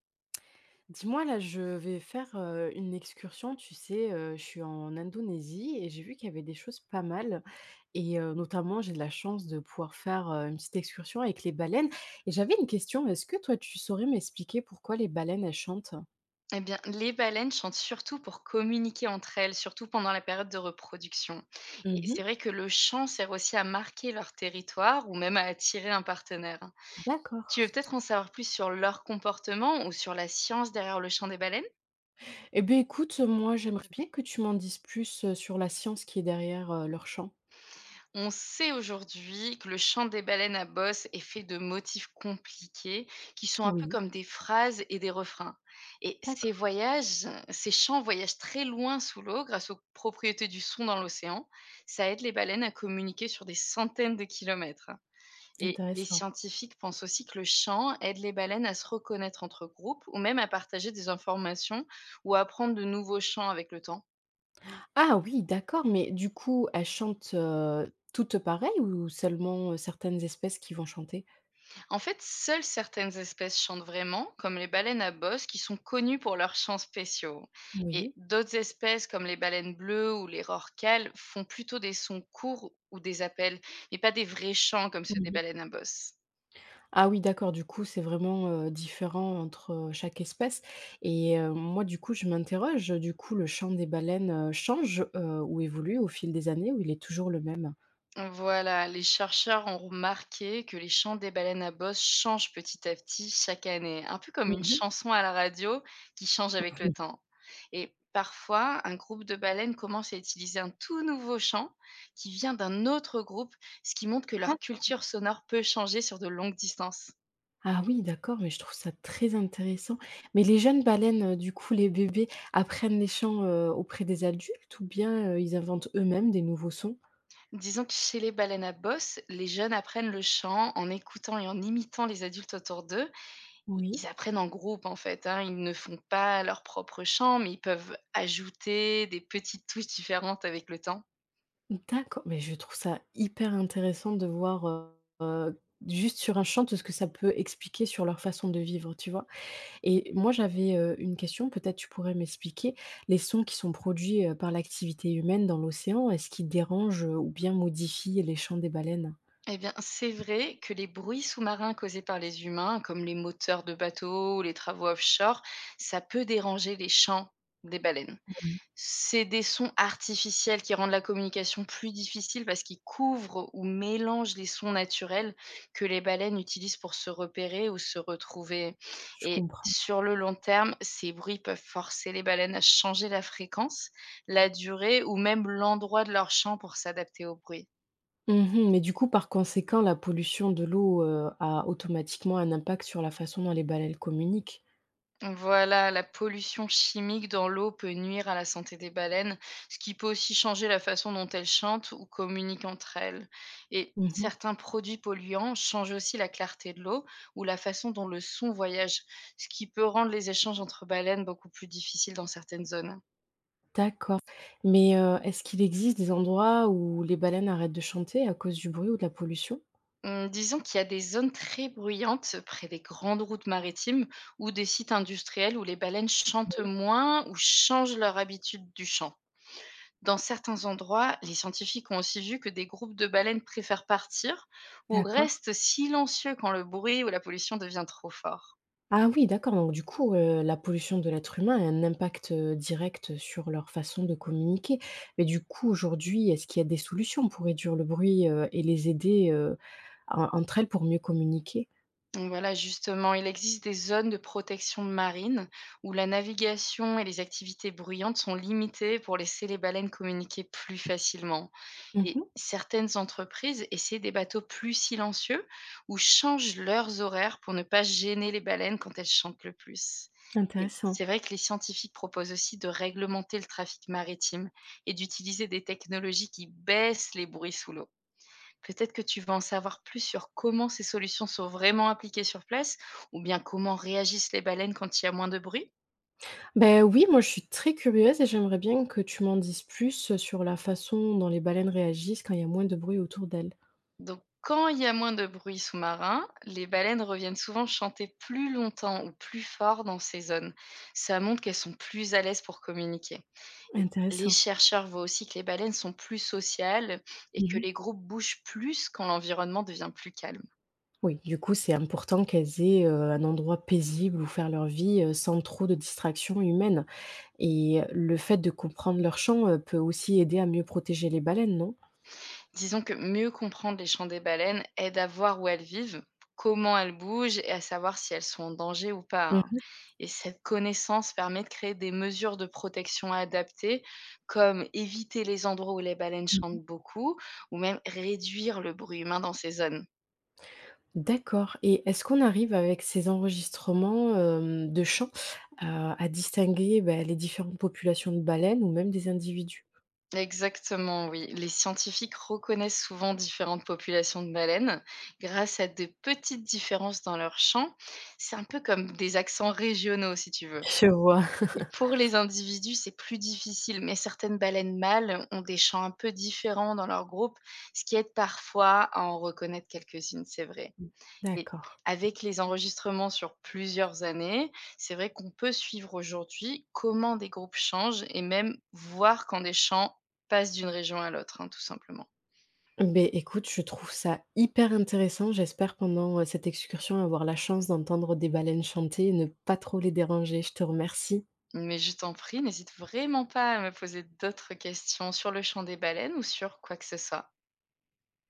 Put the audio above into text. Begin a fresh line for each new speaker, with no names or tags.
Dis-moi, là, je vais faire une excursion, tu sais, je suis en Indonésie et j'ai vu qu'il y avait des choses pas mal. Et notamment, j'ai de la chance de pouvoir faire une petite excursion avec les baleines. Et j'avais une question, est-ce que toi, tu saurais m'expliquer pourquoi les baleines, elles chantent?
Eh bien, les baleines chantent surtout pour communiquer entre elles, surtout pendant la période de reproduction. Et
Mhm,
c'est vrai que le chant sert aussi à marquer leur territoire ou même à attirer un partenaire. Tu
d'accord.
veux peut-être en savoir plus sur leur comportement ou sur la science derrière le chant des baleines?
Eh bien, écoute, moi, j'aimerais bien que tu m'en dises plus sur la science qui est derrière leur chant.
On sait aujourd'hui que le chant des baleines à bosse est fait de motifs compliqués qui sont un peu
Oui,
comme des phrases et des refrains. Et ces
d'accord.
voyages, ces chants voyagent très loin sous l'eau grâce aux propriétés du son dans l'océan. Ça aide les baleines à communiquer sur des centaines de kilomètres. Et les
Intéressant.
scientifiques pensent aussi que le chant aide les baleines à se reconnaître entre groupes ou même à partager des informations ou à apprendre de nouveaux chants avec le temps.
Ah oui, d'accord, mais du coup, elles chantent, toutes pareilles ou seulement, certaines espèces qui vont chanter?
En fait, seules certaines espèces chantent vraiment, comme les baleines à bosse, qui sont connues pour leurs chants spéciaux. Et
Oui.
d'autres espèces, comme les baleines bleues ou les rorquals, font plutôt des sons courts ou des appels, mais pas des vrais chants comme ceux des
Mmh.
baleines à bosse.
Ah oui, d'accord, du coup, c'est vraiment, différent entre, chaque espèce et moi, du coup, je m'interroge, du coup, le chant des baleines, change, ou évolue au fil des années ou il est toujours le même?
Voilà, les chercheurs ont remarqué que les chants des baleines à bosse changent petit à petit chaque année, un peu comme une
Mmh
chanson à la radio qui change avec le
mh.
temps. Et parfois, un groupe de baleines commence à utiliser un tout nouveau chant qui vient d'un autre groupe, ce qui montre que leur culture sonore peut changer sur de longues distances.
Ah oui, d'accord, mais je trouve ça très intéressant. Mais les jeunes baleines, du coup, les bébés apprennent les chants, auprès des adultes ou bien, ils inventent eux-mêmes des nouveaux sons?
Disons que chez les baleines à bosse, les jeunes apprennent le chant en écoutant et en imitant les adultes autour d'eux,
Oui,
ils apprennent en groupe, en fait, hein. Ils ne font pas leur propre chant, mais ils peuvent ajouter des petites touches différentes avec le temps.
d'accord, mais je trouve ça hyper intéressant de voir, heu, juste sur un champ tout ce que ça peut expliquer sur leur façon de vivre, tu vois? Et moi j'avais, une question, peut-être tu pourrais m'expliquer. Les sons qui sont produits, par l'activité humaine dans l'océan, est-ce qu'ils dérangent, ou bien modifient les chants des baleines?
Eh bien, c'est vrai que les bruits sous-marins causés par les humains, comme les moteurs de bateaux ou les travaux offshore, ça peut déranger les chants des baleines.
Mmh,
C'est des sons artificiels qui rendent la communication plus difficile parce qu'ils couvrent ou mélangent les sons naturels que les baleines utilisent pour se repérer ou se retrouver.
je
Et
comprends.
sur le long terme, ces bruits peuvent forcer les baleines à changer la fréquence, la durée ou même l'endroit de leur chant pour s'adapter au bruit.
Mmh, mais du coup, par conséquent, la pollution de l'eau, a automatiquement un impact sur la façon dont les baleines communiquent?
Voilà, la pollution chimique dans l'eau peut nuire à la santé des baleines, ce qui peut aussi changer la façon dont elles chantent ou communiquent entre elles. Et
Mmh.
certains produits polluants changent aussi la clarté de l'eau ou la façon dont le son voyage, ce qui peut rendre les échanges entre baleines beaucoup plus difficiles dans certaines zones.
D'accord. Mais, est-ce qu'il existe des endroits où les baleines arrêtent de chanter à cause du bruit ou de la pollution?
Disons qu'il y a des zones très bruyantes près des grandes routes maritimes ou des sites industriels où les baleines chantent
Oui.
moins ou changent leur habitude du chant. Dans certains endroits, les scientifiques ont aussi vu que des groupes de baleines préfèrent partir ou
D'accord.
restent silencieux quand le bruit ou la pollution devient trop fort.
Ah oui, d'accord, donc du coup, la pollution de l'être humain a un impact, direct sur leur façon de communiquer. Mais du coup, aujourd'hui, est-ce qu'il y a des solutions pour réduire le bruit, et les aider, en entre elles pour mieux communiquer?
Donc voilà, justement, il existe des zones de protection marine où la navigation et les activités bruyantes sont limitées pour laisser les baleines communiquer plus facilement. Et
Mmh,
certaines entreprises essaient des bateaux plus silencieux ou changent leurs horaires pour ne pas gêner les baleines quand elles chantent le plus. Et
intéressant.
c'est vrai que les scientifiques proposent aussi de réglementer le trafic maritime et d'utiliser des technologies qui baissent les bruits sous l'eau. Peut-être que tu veux en savoir plus sur comment ces solutions sont vraiment appliquées sur place ou bien comment réagissent les baleines quand il y a moins de bruit.
Ben oui, moi je suis très curieuse et j'aimerais bien que tu m'en dises plus, sur la façon dont les baleines réagissent quand il y a moins de bruit autour d'elles.
Donc, quand il y a moins de bruit sous-marin, les baleines reviennent souvent chanter plus longtemps ou plus fort dans ces zones. Ça montre qu'elles sont plus à l'aise pour communiquer. Et les
Intéressant.
chercheurs voient aussi que les baleines sont plus sociales et que
Mmh.
les groupes bougent plus quand l'environnement devient plus calme.
Oui, du coup, c'est important qu'elles aient, un endroit paisible où faire leur vie, sans trop de distractions humaines et le fait de comprendre leur champ, peut aussi aider à mieux protéger les baleines, non?
Disons que mieux comprendre les chants des baleines aide à voir où elles vivent, comment elles bougent et à savoir si elles sont en danger ou pas, hein.
Mmh.
Et cette connaissance permet de créer des mesures de protection adaptées, comme éviter les endroits où les baleines
Mmh.
chantent beaucoup, ou même réduire le bruit humain dans ces zones.
D'accord, et est-ce qu'on arrive avec ces enregistrements, de chants, à distinguer, bah, les différentes populations de baleines ou même des individus?
Exactement, oui. Les scientifiques reconnaissent souvent différentes populations de baleines grâce à de petites différences dans leur chant. C'est un peu comme des accents régionaux, si tu veux.
Je vois.
Et pour les individus, c'est plus difficile, mais certaines baleines mâles ont des chants un peu différents dans leur groupe, ce qui aide parfois à en reconnaître quelques-unes, c'est vrai. Et
D'accord.
avec les enregistrements sur plusieurs années, c'est vrai qu'on peut suivre aujourd'hui comment des groupes changent et même voir quand des chants passent d'une région à l'autre, hein, tout simplement.
Ben écoute, je trouve ça hyper intéressant. J'espère pendant, cette excursion avoir la chance d'entendre des baleines chanter et ne pas trop les déranger. Je te remercie.
Mais je t'en prie, n'hésite vraiment pas à me poser d'autres questions sur le chant des baleines ou sur quoi que ce soit.